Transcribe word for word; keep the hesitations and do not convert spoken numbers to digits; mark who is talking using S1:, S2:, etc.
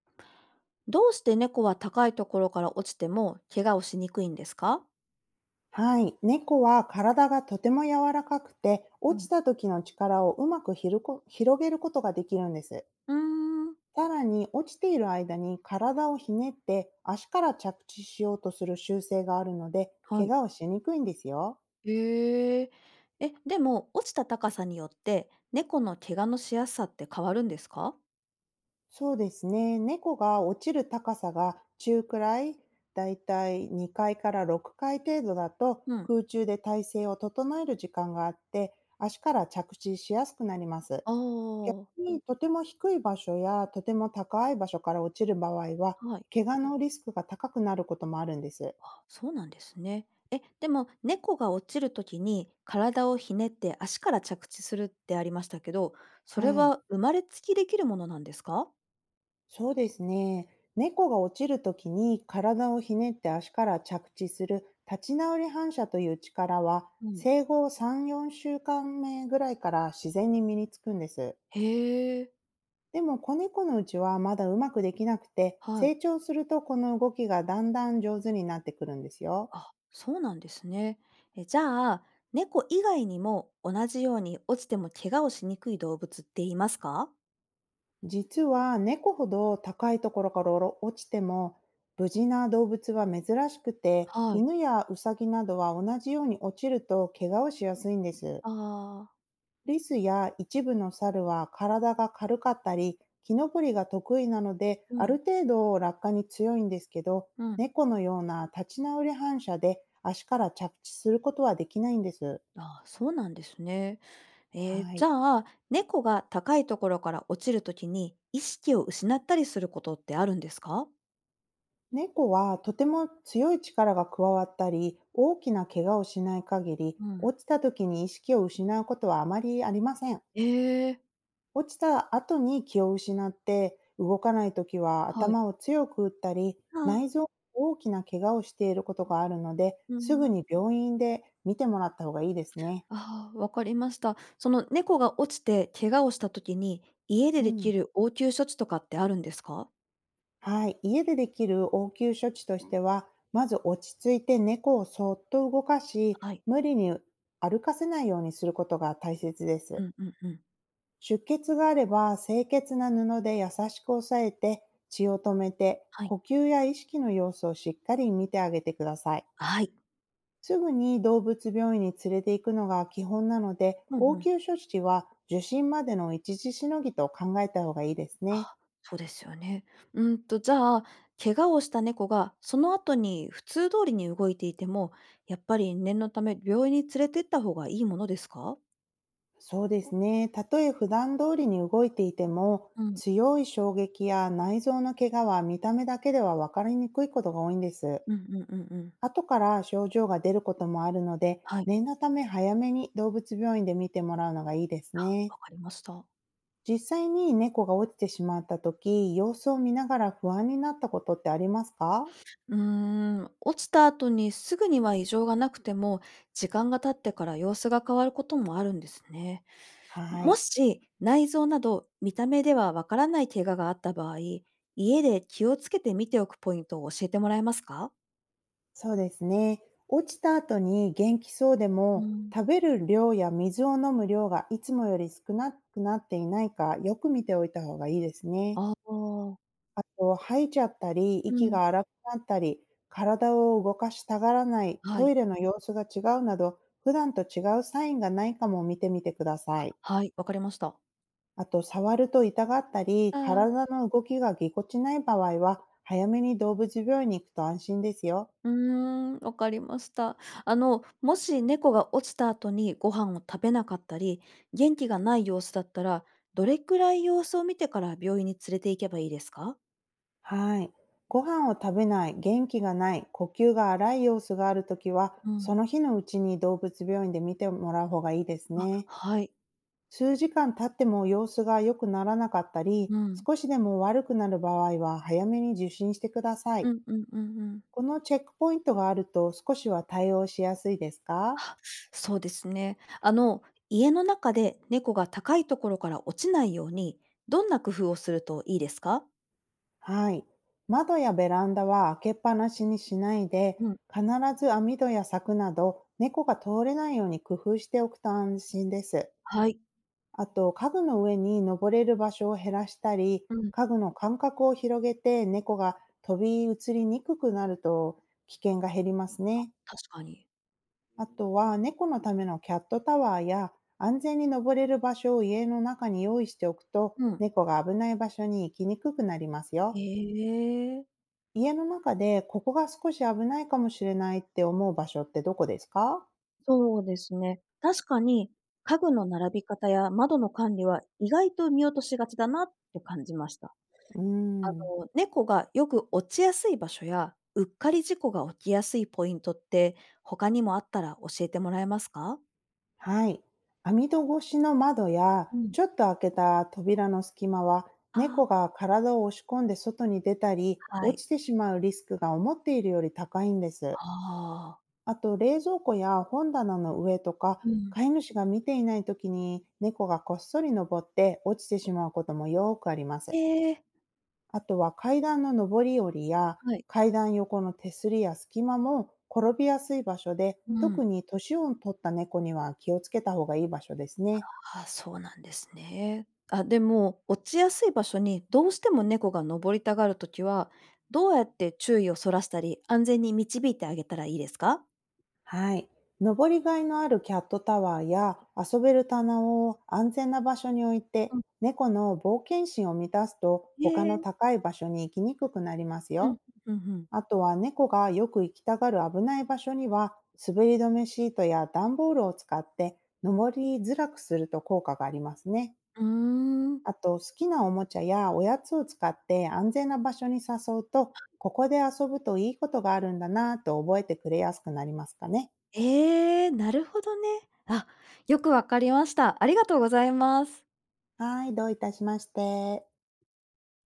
S1: どうして猫は高いところから落ちても怪我をしにくいんですか？
S2: はい。猫は体がとても柔らかくて、
S1: う
S2: 落ち
S1: ん。
S2: た時の力をうまくひるこ広げることができるんです。
S1: うーん。
S2: さらに、落ちている間に体をひねって足から着地しようとする習性があるので、
S1: は
S2: 怪
S1: い。
S2: 我をしにくいんですよ。
S1: へえ。え、でも落ちた高さによって猫の怪我のしやすさって変わるんですか？
S2: そうですね。猫が落ちる高さが中くらい、だいたいにかいからろっかい程度だと、
S1: うん。
S2: 空中で体勢を整える時間があって、足から着地しやすくなります。
S1: あ
S2: 逆
S1: あ、
S2: にとても低い場所やとても高い場所から落ちる場合は、
S1: はい。
S2: 怪我のリスクが高くなることもあるんです。
S1: あ、そうなんですね。え、でも猫が落ちるときに体をひねって足から着地するってありましたけど、それ
S2: はい。
S1: は生まれつきできるものなんですか？
S2: そうですね。猫が落ちるときに体をひねって足から着地する立ち直り反射という力は、
S1: うん。
S2: 生後さん、よんしゅうかんめぐらいから自然に身につくんです。
S1: へえ。
S2: でも子猫のうちはまだうまくできなくて、
S1: は
S2: 成
S1: い。
S2: 長するとこの動きがだんだん上手になってくるんですよ。
S1: あ、そうなんですね。え、じゃあ、猫以外にも同じように落ちても怪我をしにくい動物っていますか？
S2: 実は猫ほど高いところから落ちても無事な動物は珍しくて、
S1: はい。
S2: 犬やウサギなどは同じように落ちると怪我をしやすいんです。
S1: ああ。
S2: リスや一部の猿は体が軽かったり木登りが得意なので、
S1: う
S2: ある
S1: ん、
S2: 程度落下に強いんですけど、
S1: うん。
S2: 猫のような立ち直り反射で足から着地することはできないんです。
S1: あ、そうなんですね。えー
S2: は
S1: じ
S2: い。
S1: ゃあ、猫が高いところから落ちるときに意識を失ったりすることってあるんですか？
S2: 猫はとても強い力が加わったり、大きな怪我をしない限り、
S1: うん。
S2: 落ちた時に意識を失うことはあまりありません。
S1: ええ、
S2: 落ちた後に気を失って動かない時は、
S1: はい。
S2: 頭を強く打ったり、
S1: あ、
S2: 内臓に大きな怪我をしていることがあるので、
S1: う
S2: すぐ
S1: ん。
S2: に病院で見てもらった方がいいですね。
S1: ああ、わかりました。その猫が落ちて怪我をしたときに、家で
S2: う
S1: で
S2: ん。
S1: きる応急処置とかってあるんですか？
S2: はい、家でできる応急処置としては、まず落ち着いて猫をそっと動かし、
S1: はい。
S2: 無理に歩かせないようにすることが大切で
S1: う
S2: す。
S1: んうんうん。
S2: 出血があれば、清潔な布で優しく押さえて、血を止めて、
S1: はい。
S2: 呼吸や意識の様子をしっかり見てあげてください。
S1: はい。
S2: すぐに動物病院に連れて行くのが基本なので、
S1: うんう
S2: 応
S1: ん。
S2: 急処置は受診までの一時しのぎと考えた方がいいですね。
S1: あ、そうですよね。うんと、じゃあ、怪我をした猫がその後に普通通りに動いていても、やっぱり念のため病院に連れてった方がいいものですか？
S2: そうですね。たとえ普段通りに動いていても、
S1: うん。
S2: 強い衝撃や内臓の怪我は見た目だけでは分かりにくいことが多いんです。
S1: うんうんうんうん。
S2: 後から症状が出ることもあるので、
S1: はい、
S2: 念のため早めに動物病院で見てもらうのがいいですね。
S1: わかりました。
S2: 実際に猫が落ちてしまった時、様子を見ながら不安になったことってありますか？
S1: うーん、落ちた後にすぐには異常がなくても、時間が経ってから様子が変わることもあるんですね。
S2: は
S1: も
S2: い。
S1: し内臓など見た目ではわからない怪我があった場合、家で気をつけて見ておくポイントを教えてもらえますか？
S2: そうですね。落ちた後に元気そうで
S1: う
S2: も、
S1: ん。
S2: 食べる量や水を飲む量がいつもより少なくなっていないか、よく見ておいた方がいいですね。
S1: ああ、
S2: あと、吐いちゃったり、
S1: う
S2: 息
S1: ん、
S2: が荒くなったり、体を動かしたがらない、
S1: は
S2: ト
S1: い、
S2: イレの様子が違うなど、普段と違うサインがないかも見てみてください。
S1: はい、わかりました。
S2: あと、触ると痛がったり、
S1: あ
S2: 体
S1: あ。
S2: の動きがぎこちない場合は、早めに動物病院に行くと安心ですよ。
S1: うーん、わかりました。あの、もし猫が落ちた後にご飯を食べなかったり、元気がない様子だったら、どれくらい様子を見てから病院に連れて行けばいいですか？
S2: はい。ご飯を食べない、元気がない、呼吸が荒い様子があるときは、
S1: う
S2: そ
S1: ん、
S2: の日のうちに動物病院で見てもらう方がいいですね。
S1: はい、
S2: 数時間経っても様子が良くならなかったり、
S1: うん、
S2: 少しでも悪くなる場合は早めに受診してください。
S1: うんうんうんうん。
S2: このチェックポイントがあると少しは対応しやすいですか？
S1: あ、そうですね。あの、家の中で猫が高いところから落ちないように、どんな工夫をするといいですか？
S2: はい。窓やベランダは開けっぱなしにしないで、
S1: うん、
S2: 必ず網戸や柵など猫が通れないように工夫しておくと安心です。
S1: はい。
S2: あと、家具の上に登れる場所を減らしたり、
S1: うん、
S2: 家具の間隔を広げて猫が飛び移りにくくなると危険が減りますね。
S1: 確かに。
S2: あとは、猫のためのキャットタワーや安全に登れる場所を家の中に用意しておくと、
S1: うん。
S2: 猫が危ない場所に行きにくくなります
S1: へ
S2: よ。
S1: え。
S2: 家の中でここが少し危ないかもしれないって思う場所ってどこですか？
S1: そうですね。確かに、家具の並び方や窓の管理は意外と見落としがちだなって感じました。
S2: うー
S1: あの、
S2: ん。
S1: 猫がよく落ちやすい場所や、うっかり事故が起きやすいポイントって、他にもあったら教えてもらえますか？
S2: はい。網戸越しの窓や、
S1: うん。
S2: ちょっと開けた扉の隙間は、猫
S1: あ
S2: が体を押し込んで外に出たり、
S1: あ、は
S2: 落
S1: い。
S2: ちてしまうリスクが思っているより高いんです。
S1: ああ。
S2: あと、冷蔵庫や本棚の上とか、
S1: うん。
S2: 飼い主が見ていない時に猫がこっそり登って落ちてしまうこともよくあります。
S1: ええ。
S2: あとは階段の上り下りや
S1: はい。
S2: 階段横の手すりや隙間も転びやすい場所で、
S1: う
S2: 特
S1: ん。
S2: に年を取った猫には気をつけた方がいい場所ですね。
S1: ああ、そうなんですね。あ、でも、落ちやすい場所にどうしても猫が登りたがるときは、どうやって注意をそらしたり、安全に導いてあげたらいいですか？
S2: はい。登りがいのあるキャットタワーや遊べる棚を安全な場所に置いて、
S1: うん。
S2: 猫の冒険心を満たすと
S1: え
S2: 他の
S1: え。
S2: 高い場所に行きにくくなります
S1: うん、
S2: よ。
S1: うんん。
S2: あとは猫がよく行きたがる危ない場所には滑り止めシートや段ボールを使って登りづらくすると効果がありますね。
S1: うん。うーん。
S2: あと好きなおもちゃやおやつを使って安全な場所に誘うと、ここで遊ぶといいことがあるんだなぁと覚えてくれやすくなりますかね。
S1: ええ、なるほどね。あ、よくわかりました。ありがとうございます。
S2: はい、どういたしまして。